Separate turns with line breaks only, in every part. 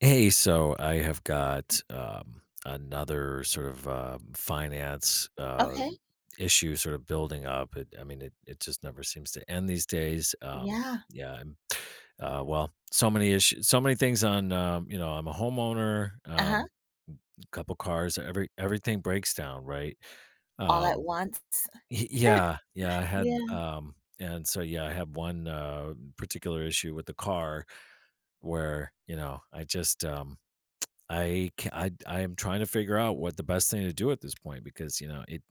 Hey, so I have got another sort of finance
Okay.
issue sort of building up. It, I mean, it just never seems to end these days.
Yeah.
Yeah, I'm, so many issues, so many things on, you know, I'm a homeowner,
Uh-huh.
a couple cars, everything breaks down, right?
All at
Um,
once.
yeah, I had,
Yeah.
and so yeah, I had one particular issue with the car where, you know, I just, I ca I am trying to figure out what the best thing to do at this point because, you know, it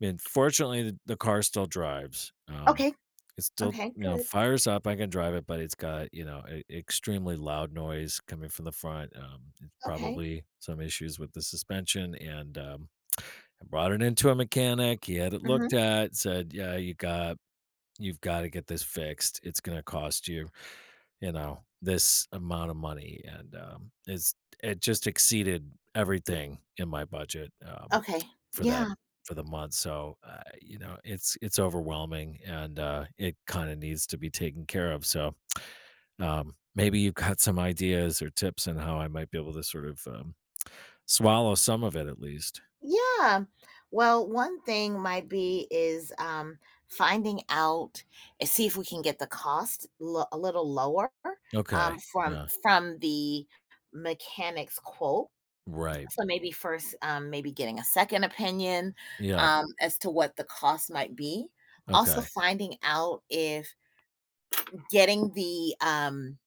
and fortunately, the car still drives.
Okay.
It still,
Okay,
you know,
good.
fires up, I can drive it, but it's got, you know, e extremely loud noise coming from the front. It's
Okay.
probably some issues with the suspension, and, I brought it into a mechanic, he had it looked
Mhm.
at, said, "Yeah, you've gotta get this fixed. It's gonna cost you." You know, this amount of money and, it just exceeded everything in my budget,
Okay.
for that
Yeah.
for the month, so, you know, it's overwhelming and, it kinda needs to be taken care of, so, maybe you've got some ideas or tips on how I might be able to sort of, swallow some of it at least.
Yeah. Well, one thing might be is, finding out and see if we can get the cost lo a little lower,
Okay,
from
yeah,
the mechanic's quote.
right,
So maybe first, maybe getting a second opinion,
yeah.
as to what the cost might be. Also
Okay.
finding out if getting the,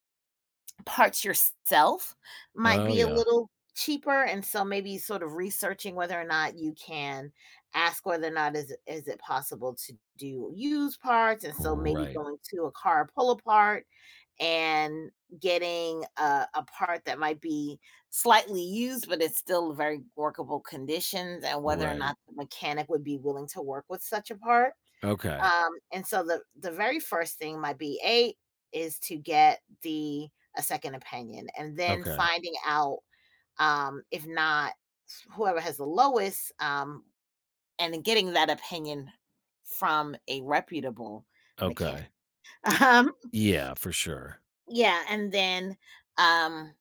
parts yourself might
Oh,
be a
yeah,
little cheaper, and so maybe sort of researching whether or not you can ask whether or not is it possible to do used parts, and so maybe
right,
going to a car pull-apart and getting a part that might be slightly used, but it's still very workable conditions, and whether or
right,
not the mechanic would be willing to work with such a part.
okay,
And so the very first thing, my B8, is to get the a second opinion, and then
okay,
finding out if not whoever has the lowest, and then getting that opinion from a reputable mechanic.
okay.
Um,
Yeah, for sure.
yeah, and then um,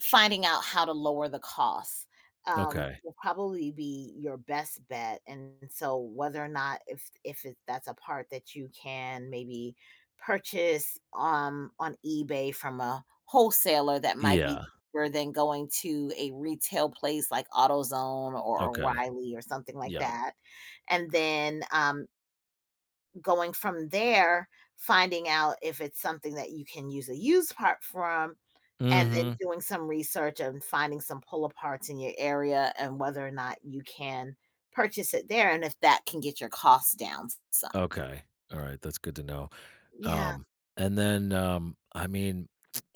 finding out how to lower the costs,
Okay.
will probably be your best bet, and so whether or not if it that's a part that you can maybe purchase, on eBay from a wholesaler that might be
Yeah.
cheaper than going to a retail place like AutoZone or
Okay.
O'Reilly or something like
Yeah.
that, and then, going from there, finding out if it's something that you can use a used part from and then
Mhm.
doing some research and finding some pull-aparts in your area and whether or not you can purchase it there and if that can get your costs down some.
Okay. Alright, that's good to know.
Yeah,
Um, and then,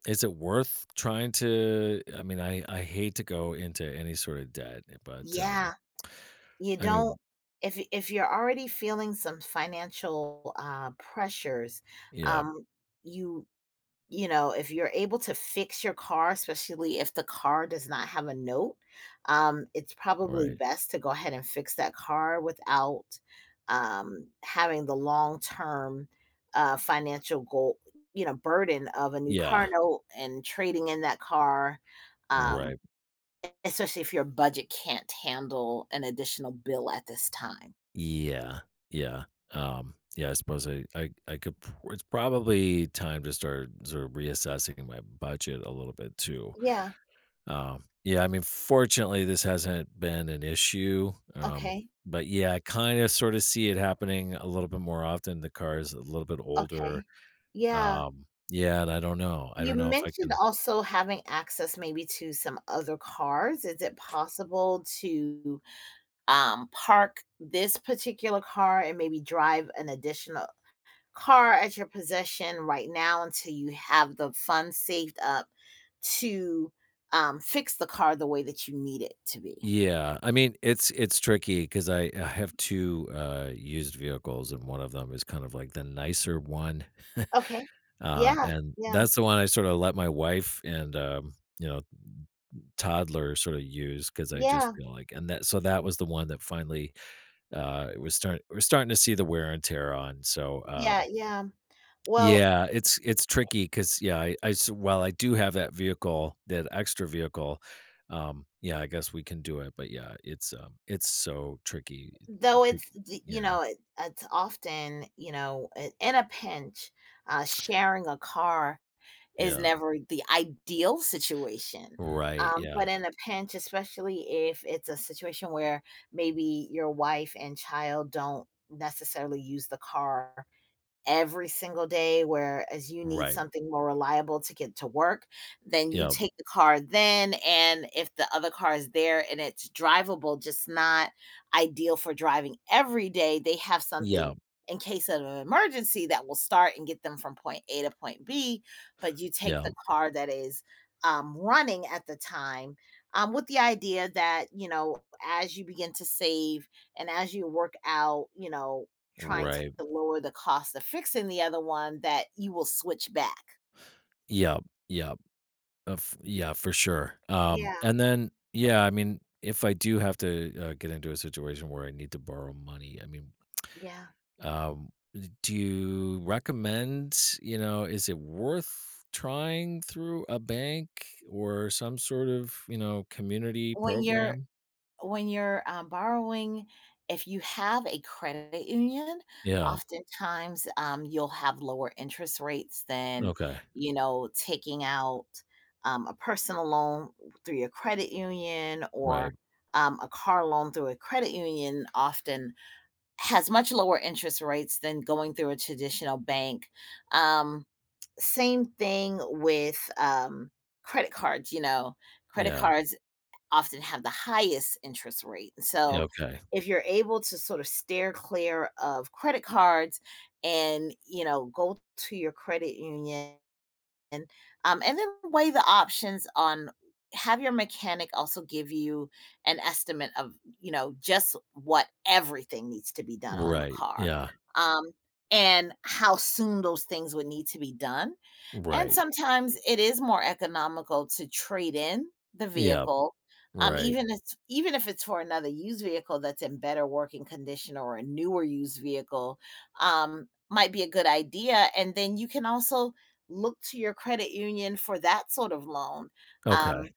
is it worth trying to I hate to go into any sort of debt, but,
yeah. You
I
don't
mean
if you're already feeling some financial, pressures,
yeah,
um, you you know, if you're able to fix your car, especially if the car does not have a note, it's probably
right.
best to go ahead and fix that car without, having the long-term, financial goal you know, burden of a new car
Yeah.
note and trading in that car, um,
Right.
e especially if your budget can't handle an additional bill at this time.
Yeah. Yeah. Yeah, I suppose I could pr it's probably time to start sort of reassessing my budget a little bit too.
Yeah,
Yeah, I mean, fortunately, this hasn't been an issue.
okay,
But yeah, I kind of sort of see it happening a little bit more often. The car is a little bit older.
okay. Yeah.
Yeah, and I don't know. I
You
don't know if I
mentioned
can.
also having access maybe to some other cars. Is it possible to, park this particular car and maybe drive an additional car at your possession right now until you have the funds saved up to, fix the car the way that you need it to be?
Yeah, I mean, it's tricky because I have two used vehicles, and one of them is kind of like the nicer one,
Okay. Yeah,
and
yeah,
that's the one I sort of let my wife and you know, toddler sort of use because I just
yeah,
feel like, and that so that was the one that finally it was start we're starting to see the wear and tear on. So,
yeah, yeah. Well,
yeah, it's tricky because yeah, while I do have that vehicle, that extra vehicle, yeah, I guess we can do it. But yeah, it's so tricky.
though
to-
it's d you
Yeah,
know, it it's often, you know, I in a pinch, sharing a car is
yeah,
never the ideal situation,
right, yeah,
but in a pinch, especially if it's a situation where maybe your wife and child don't necessarily use the car every single day, whereas you need
right,
something more reliable to get to work, then you
yeah,
take the car then, and if the other car is there and it's drivable, just not ideal for driving every day, they have something
yeah,
in case of an emergency that will start and get them from point A to point B, but you take
yeah,
the car that is, running at the time, with the idea that, you know, as you begin to save and as you work out, you know, trying to
right,
lower the cost of fixing the other one that you will switch back.
yeah, yeah, yeah, for sure.
Yeah,
And then yeah, I mean, if I do have to get into a situation where I need to borrow money, I mean,
yeah.
um, do you recommend, you know, is it worth trying through a bank or some sort of, you know, community
When you're
program?
when you're, borrowing, if you have a credit union,
Yeah.
oftentimes, you'll have lower interest rates than,
Okay.
you know, taking out, a personal loan through your credit union
Right.
or, a car loan through a credit union often has much lower interest rates than going through a traditional bank, um same thing with, credit cards, you know, credit
Yeah.
cards often have the highest interest rate,
Yeah,
so,
okay.
if you're able to sort of steer clear of credit cards and, you know, go to your credit union, and then weigh the options on have your mechanic also give you an estimate of, you know, just what everything needs to be done on the
Right.
car,
Yeah.
um, and how soon those things would need to be done, and
Right.
sometimes it is more economical to trade in the
Yeah.
vehicle, um,
Right.
even if even if it's for another used vehicle that's in better working condition or a newer used vehicle, might be a good idea. And then you can also look to your credit union for that sort of loan. Um,
Okay.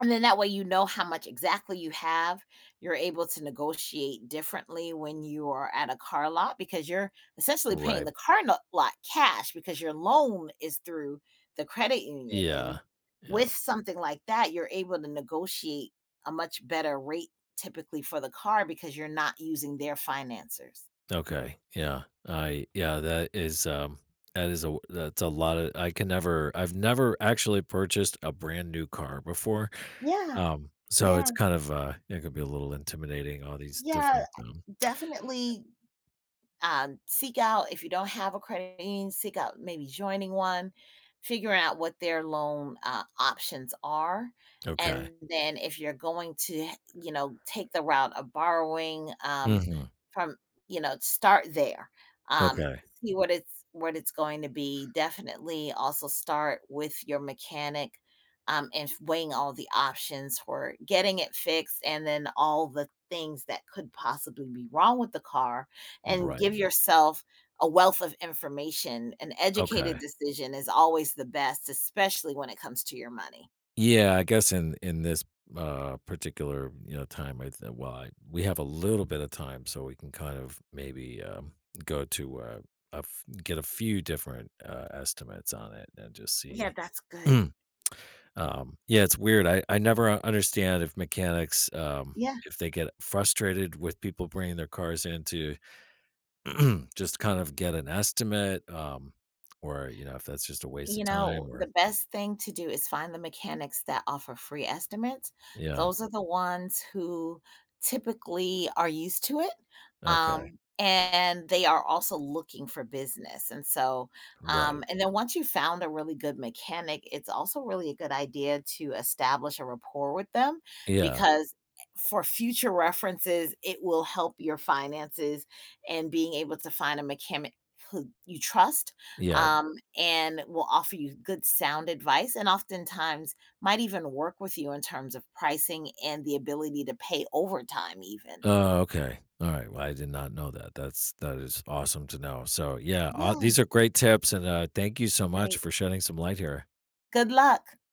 and then that way you know how much exactly you have. You're able to negotiate differently when you are at a car lot because you're essentially paying
Right.
the car lot cash because your loan is through the credit union.
Yeah.
And with something like that, you're able to negotiate a much better rate typically for the car because you're not using their financers.
Okay. Yeah. I Yeah, that is a. that's a lot of I've never actually purchased a brand new car before.
Yeah,
So
yeah,
it's kind of it could be a little intimidating all these
yeah.
different
Definitely seek out if you don't have a credit union, seek out maybe joining one, figuring out what their loan options are,
okay.
and then if you're going to you know take the route of borrowing
Mhm.
from you know start there, um,
Okay.
see what it's going to be. Definitely also start with your mechanic. And weighing all the options for getting it fixed and then all the things that could possibly be wrong with the car and
Right.
give yourself a wealth of information. An educated
Okay.
decision is always the best, especially when it comes to your money.
Yeah, I guess in this, particular, you know, time, I th well, I we have a little bit of time, so we can kind of maybe, go to, a f get a few different, estimates on it and just
Yeah,
see.
that's good.
Mm. Yeah, it's weird. I never u understand if mechanics,
Yeah.
if they get frustrated with people bringing their cars in to just kind of get an estimate, or, you know, if that's just a waste of
You
time
know, the
or
best thing to do is find the mechanics that offer free estimates.
yeah,
Those are the ones who typically are used to it.
okay,
And they are also looking for business. And so,
right.
and then once you found a really good mechanic, it's also really a good idea to establish a rapport with them
Yeah,
because for future references, it will help your finances and being able to find a mechanic who you trust
yeah.
and will offer you good sound advice and oftentimes might even work with you in terms of pricing and the ability to pay overtime even.
Oh, okay. All right. Well, I did not know that. That's that is awesome to know. So, yeah,
Yeah,
these are great tips, and thank you so much
right.
for shedding some light here.
Good luck.